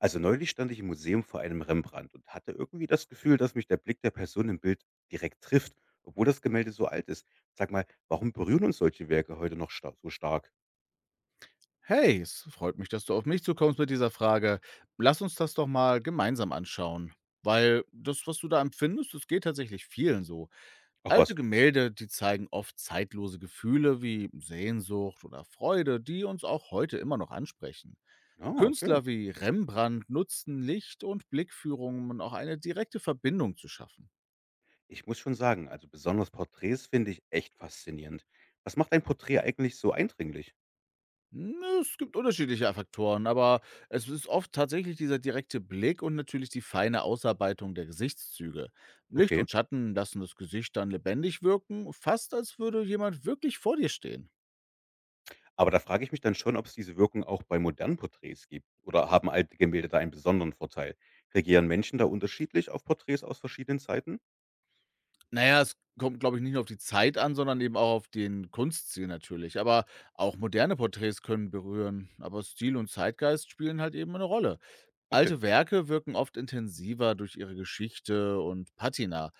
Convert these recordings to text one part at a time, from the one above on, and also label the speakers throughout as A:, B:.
A: Also neulich stand ich im Museum vor einem Rembrandt und hatte irgendwie das Gefühl, dass mich der Blick der Person im Bild direkt trifft, obwohl das Gemälde so alt ist. Sag mal, warum berühren uns solche Werke heute noch sta so stark?
B: Hey, es freut mich, dass du auf mich zukommst mit dieser Frage. Lass uns das doch mal gemeinsam anschauen. Weil das, was du da empfindest, das geht tatsächlich vielen so.
A: Ach
B: Alte
A: was?
B: Gemälde, die zeigen oft zeitlose Gefühle wie Sehnsucht oder Freude, die uns auch heute immer noch ansprechen.
A: Ja, okay.
B: Künstler wie Rembrandt nutzten Licht und Blickführungen, um auch eine direkte Verbindung zu schaffen.
A: Ich muss schon sagen, also besonders Porträts finde ich echt faszinierend. Was macht ein Porträt eigentlich so eindringlich?
B: Hm, Es gibt unterschiedliche Faktoren, aber es ist oft tatsächlich dieser direkte Blick und natürlich die feine Ausarbeitung der Gesichtszüge. Licht
A: Okay,
B: und Schatten lassen das Gesicht dann lebendig wirken, fast als würde jemand wirklich vor dir stehen.
A: aber da frage ich mich dann schon, ob es diese Wirkung auch bei modernen Porträts gibt. Oder haben alte Gemälde da einen besonderen Vorteil? Reagieren Menschen da unterschiedlich auf Porträts aus verschiedenen Zeiten?
B: Naja, es kommt, glaube ich, nicht nur auf die Zeit an, sondern eben auch auf den Kunststil natürlich. Aber auch moderne Porträts können berühren. Aber Stil und Zeitgeist spielen halt eben eine Rolle.
A: Okay,
B: Alte Werke wirken oft intensiver durch ihre Geschichte und Patina.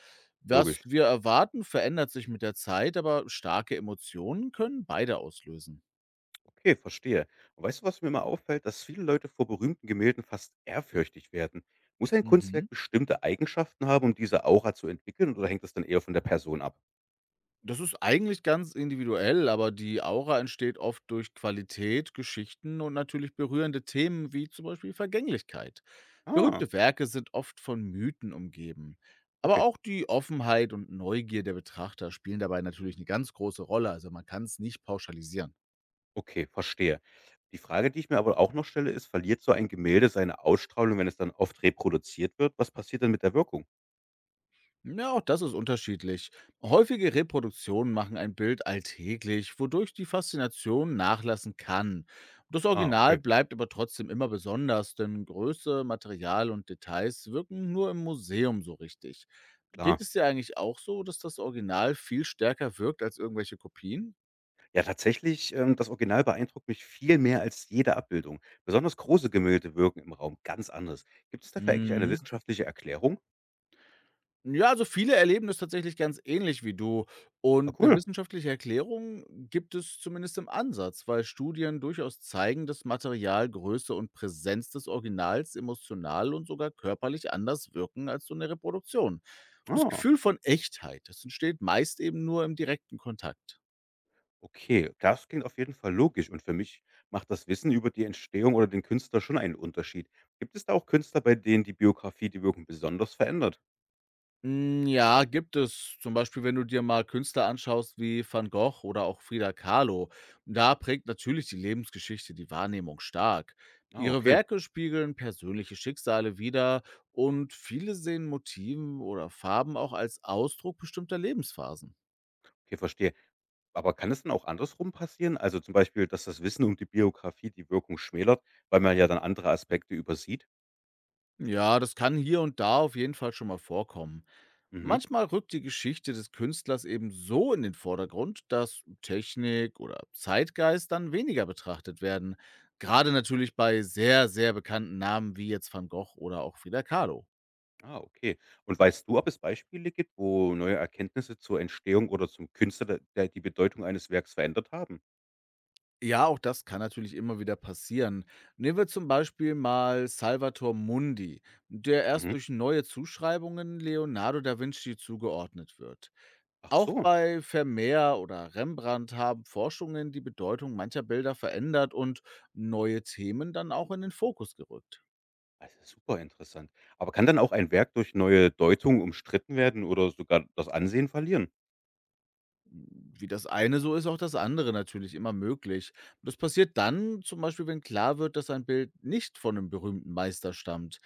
B: Was
A: logisch.
B: wir erwarten, verändert sich mit der Zeit, aber starke Emotionen können beide auslösen.
A: Okay, verstehe. Und weißt du, was mir mal auffällt, dass viele Leute vor berühmten Gemälden fast ehrfürchtig werden. Muss ein Kunstwerk
B: Mhm.
A: bestimmte Eigenschaften haben, um diese Aura zu entwickeln, oder hängt das dann eher von der Person ab?
B: Das ist eigentlich ganz individuell, aber die Aura entsteht oft durch Qualität, Geschichten und natürlich berührende Themen wie zum Beispiel Vergänglichkeit.
A: Ah,
B: Berühmte Werke sind oft von Mythen umgeben. Aber
A: okay,
B: auch die Offenheit und Neugier der Betrachter spielen dabei natürlich eine ganz große Rolle. Also man kann es nicht pauschalisieren.
A: okay, verstehe. Die Frage, die ich mir aber auch noch stelle, ist, verliert so ein Gemälde seine Ausstrahlung, wenn es dann oft reproduziert wird? Was passiert dann mit der Wirkung?
B: Ja, auch das ist unterschiedlich. Häufige Reproduktionen machen ein Bild alltäglich, wodurch die Faszination nachlassen kann. Das
A: Ah, okay,
B: Original bleibt aber trotzdem immer besonders, denn Größe, Material und Details wirken nur im Museum so richtig.
A: klar.
B: Geht es dir eigentlich auch so, dass das Original viel stärker wirkt als irgendwelche Kopien?
A: Ja, tatsächlich, das Original beeindruckt mich viel mehr als jede Abbildung. Besonders große Gemälde wirken im Raum ganz anders. Gibt es dafür eigentlich eine
B: Mhm.
A: wissenschaftliche Erklärung?
B: Ja, also viele erleben das tatsächlich ganz ähnlich wie du.
A: Ah,
B: Und eine
A: cool.
B: wissenschaftliche Erklärung gibt es zumindest im Ansatz, weil Studien durchaus zeigen, dass Material, Größe und Präsenz des Originals emotional und sogar körperlich anders wirken als so 'ne Reproduktion. Und das
A: Ah,
B: Gefühl von Echtheit, das entsteht meist eben nur im direkten Kontakt.
A: okay. Das klingt auf jeden Fall logisch und für mich macht das Wissen über die Entstehung oder den Künstler schon einen Unterschied. Gibt es da auch Künstler, bei denen die Biografie die Wirkung besonders verändert?
B: Ja, gibt es. Zum Beispiel, wenn du dir mal Künstler anschaust wie Van Gogh oder auch Frida Kahlo. Da prägt natürlich die Lebensgeschichte die Wahrnehmung stark.
A: Ah,
B: Ihre
A: okay.
B: Werke spiegeln persönliche Schicksale wider und viele sehen Motiven oder Farben auch als Ausdruck bestimmter Lebensphasen.
A: Okay, verstehe. Aber kann es dann auch andersrum passieren? Also zum Beispiel, dass das Wissen um die Biografie die Wirkung schmälert, weil man ja dann andere Aspekte übersieht?
B: Ja, das kann hier und da auf jeden Fall schon mal vorkommen.
A: Mhm.
B: Manchmal rückt die Geschichte des Künstlers eben so in den Vordergrund, dass Technik oder Zeitgeist dann weniger betrachtet werden. Gerade natürlich bei sehr, sehr bekannten Namen wie jetzt Van Gogh oder auch Frida Kahlo.
A: Ah, okay. Und weißt du, ob es Beispiele gibt, wo neue Erkenntnisse zur Entstehung oder zum Künstler die Bedeutung eines Werks verändert haben?
B: Ja, auch das kann natürlich immer wieder passieren. Nehmen wir zum Beispiel mal Salvator Mundi, der erst
A: Mhm.
B: durch neue Zuschreibungen Leonardo da Vinci zugeordnet wird.
A: Ach
B: Auch
A: so.
B: bei Vermeer oder Rembrandt haben Forschungen die Bedeutung mancher Bilder verändert und neue Themen dann auch in den Fokus gerückt.
A: Also, super interessant. Aber kann dann auch ein Werk durch neue Deutung umstritten werden oder sogar das Ansehen verlieren?
B: Wie das eine, so ist auch das andere natürlich immer möglich. Das passiert dann zum Beispiel, wenn klar wird, dass ein Bild nicht von einem berühmten Meister stammt.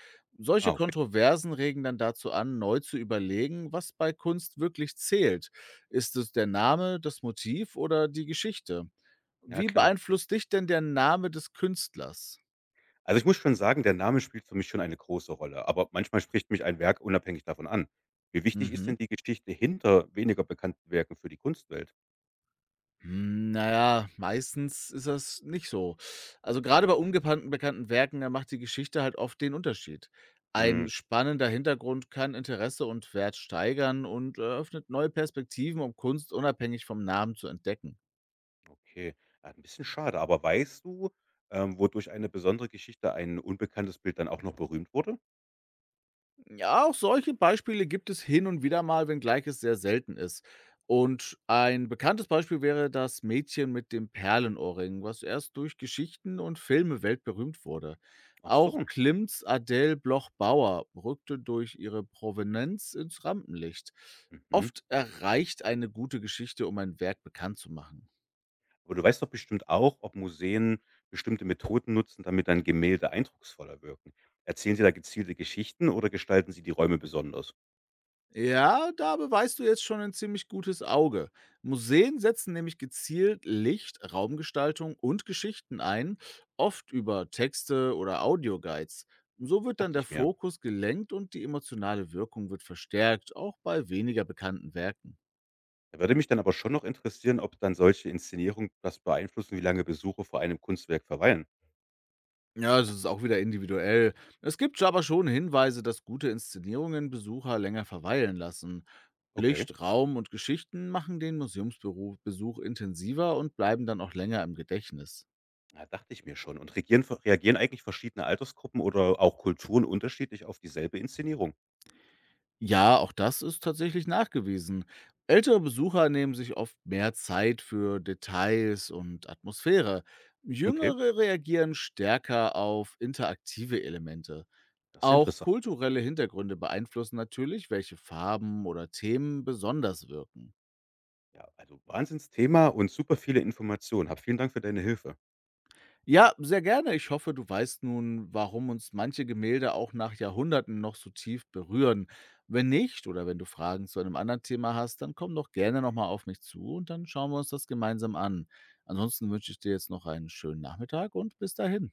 A: Ah,
B: Solche
A: okay.
B: Kontroversen regen dann dazu an, neu zu überlegen, was bei Kunst wirklich zählt. Ist es der Name, das Motiv oder die Geschichte?
A: Ja,
B: Wie
A: klar.
B: beeinflusst dich denn der Name des Künstlers?
A: Also, ich muss schon sagen, der Name spielt für mich schon eine große Rolle, aber manchmal spricht mich ein Werk unabhängig davon an. Wie wichtig ist denn
B: Mhm.
A: die Geschichte hinter weniger bekannten Werken für die Kunstwelt?
B: Na ja, meistens ist das nicht so. Also, gerade bei ungepan bekannten Werken, da macht die Geschichte halt oft den Unterschied.
A: Hm,
B: Ein spannender Hintergrund kann Interesse und Wert steigern und eröffnet neue Perspektiven, um Kunst unabhängig vom Namen zu entdecken.
A: okay. Ja, 'n bisschen schade, aber weißt du, wodurch eine besondere Geschichte ein unbekanntes Bild dann auch noch berühmt wurde?
B: Ja, auch solche Beispiele gibt es hin und wieder mal, wenngleich es sehr selten ist. Und ein bekanntes Beispiel wäre das Mädchen mit dem Perlenohrring, was erst durch Geschichten und Filme weltberühmt wurde.
A: Ach
B: Auch
A: so.
B: Klimts Adele Bloch-Bauer rückte durch ihre Provenienz ins Rampenlicht.
A: Mhm.
B: Oft erreicht eine gute Geschichte, um ein Werk bekannt zu machen.
A: Aber du weißt doch bestimmt auch, ob Museen bestimmte Methoden nutzen, damit dann Gemälde eindrucksvoller wirken. Erzählen Sie da gezielte Geschichten oder gestalten Sie die Räume besonders?
B: Ja, da beweist du jetzt schon ein ziemlich gutes Auge. Museen setzen nämlich gezielt Licht, Raumgestaltung und Geschichten ein, oft über Texte oder Audioguides. So wird dann
A: Dachte
B: der
A: ich mir.
B: Fokus gelenkt und die emotionale Wirkung wird verstärkt, auch bei weniger bekannten Werken.
A: Da würde mich dann aber schon noch interessieren, ob dann solche Inszenierungen das beeinflussen, wie lange Besucher vor einem Kunstwerk verweilen.
B: Ja, es ist auch wieder individuell. Es gibt aber schon Hinweise, dass gute Inszenierungen Besucher länger verweilen lassen.
A: Okay.
B: Licht, Raum und Geschichten machen den Museumsbesuch Besuch intensiver und bleiben dann auch länger im Gedächtnis.
A: Ja, dachte ich mir schon. Und reagieren eigentlich verschiedene Altersgruppen oder auch Kulturen unterschiedlich auf dieselbe Inszenierung?
B: Ja, auch das ist tatsächlich nachgewiesen. Ältere Besucher nehmen sich oft mehr Zeit für Details und Atmosphäre.
A: Okay,
B: Jüngere reagieren stärker auf interaktive Elemente.
A: das ist
B: Auch
A: interessant.
B: kulturelle Hintergründe beeinflussen natürlich, welche Farben oder Themen besonders wirken.
A: Ja, also Wahnsinnsthema und super viele Informationen. Hab vielen Dank für deine Hilfe.
B: Ja, sehr gerne. Ich hoffe, du weißt nun, warum uns manche Gemälde auch nach Jahrhunderten noch so tief berühren. Wenn nicht oder wenn du Fragen zu einem anderen Thema hast, dann komm doch gerne nochmal auf mich zu und dann schauen wir uns das gemeinsam an. Ansonsten wünsche ich dir jetzt noch einen schönen Nachmittag und bis dahin.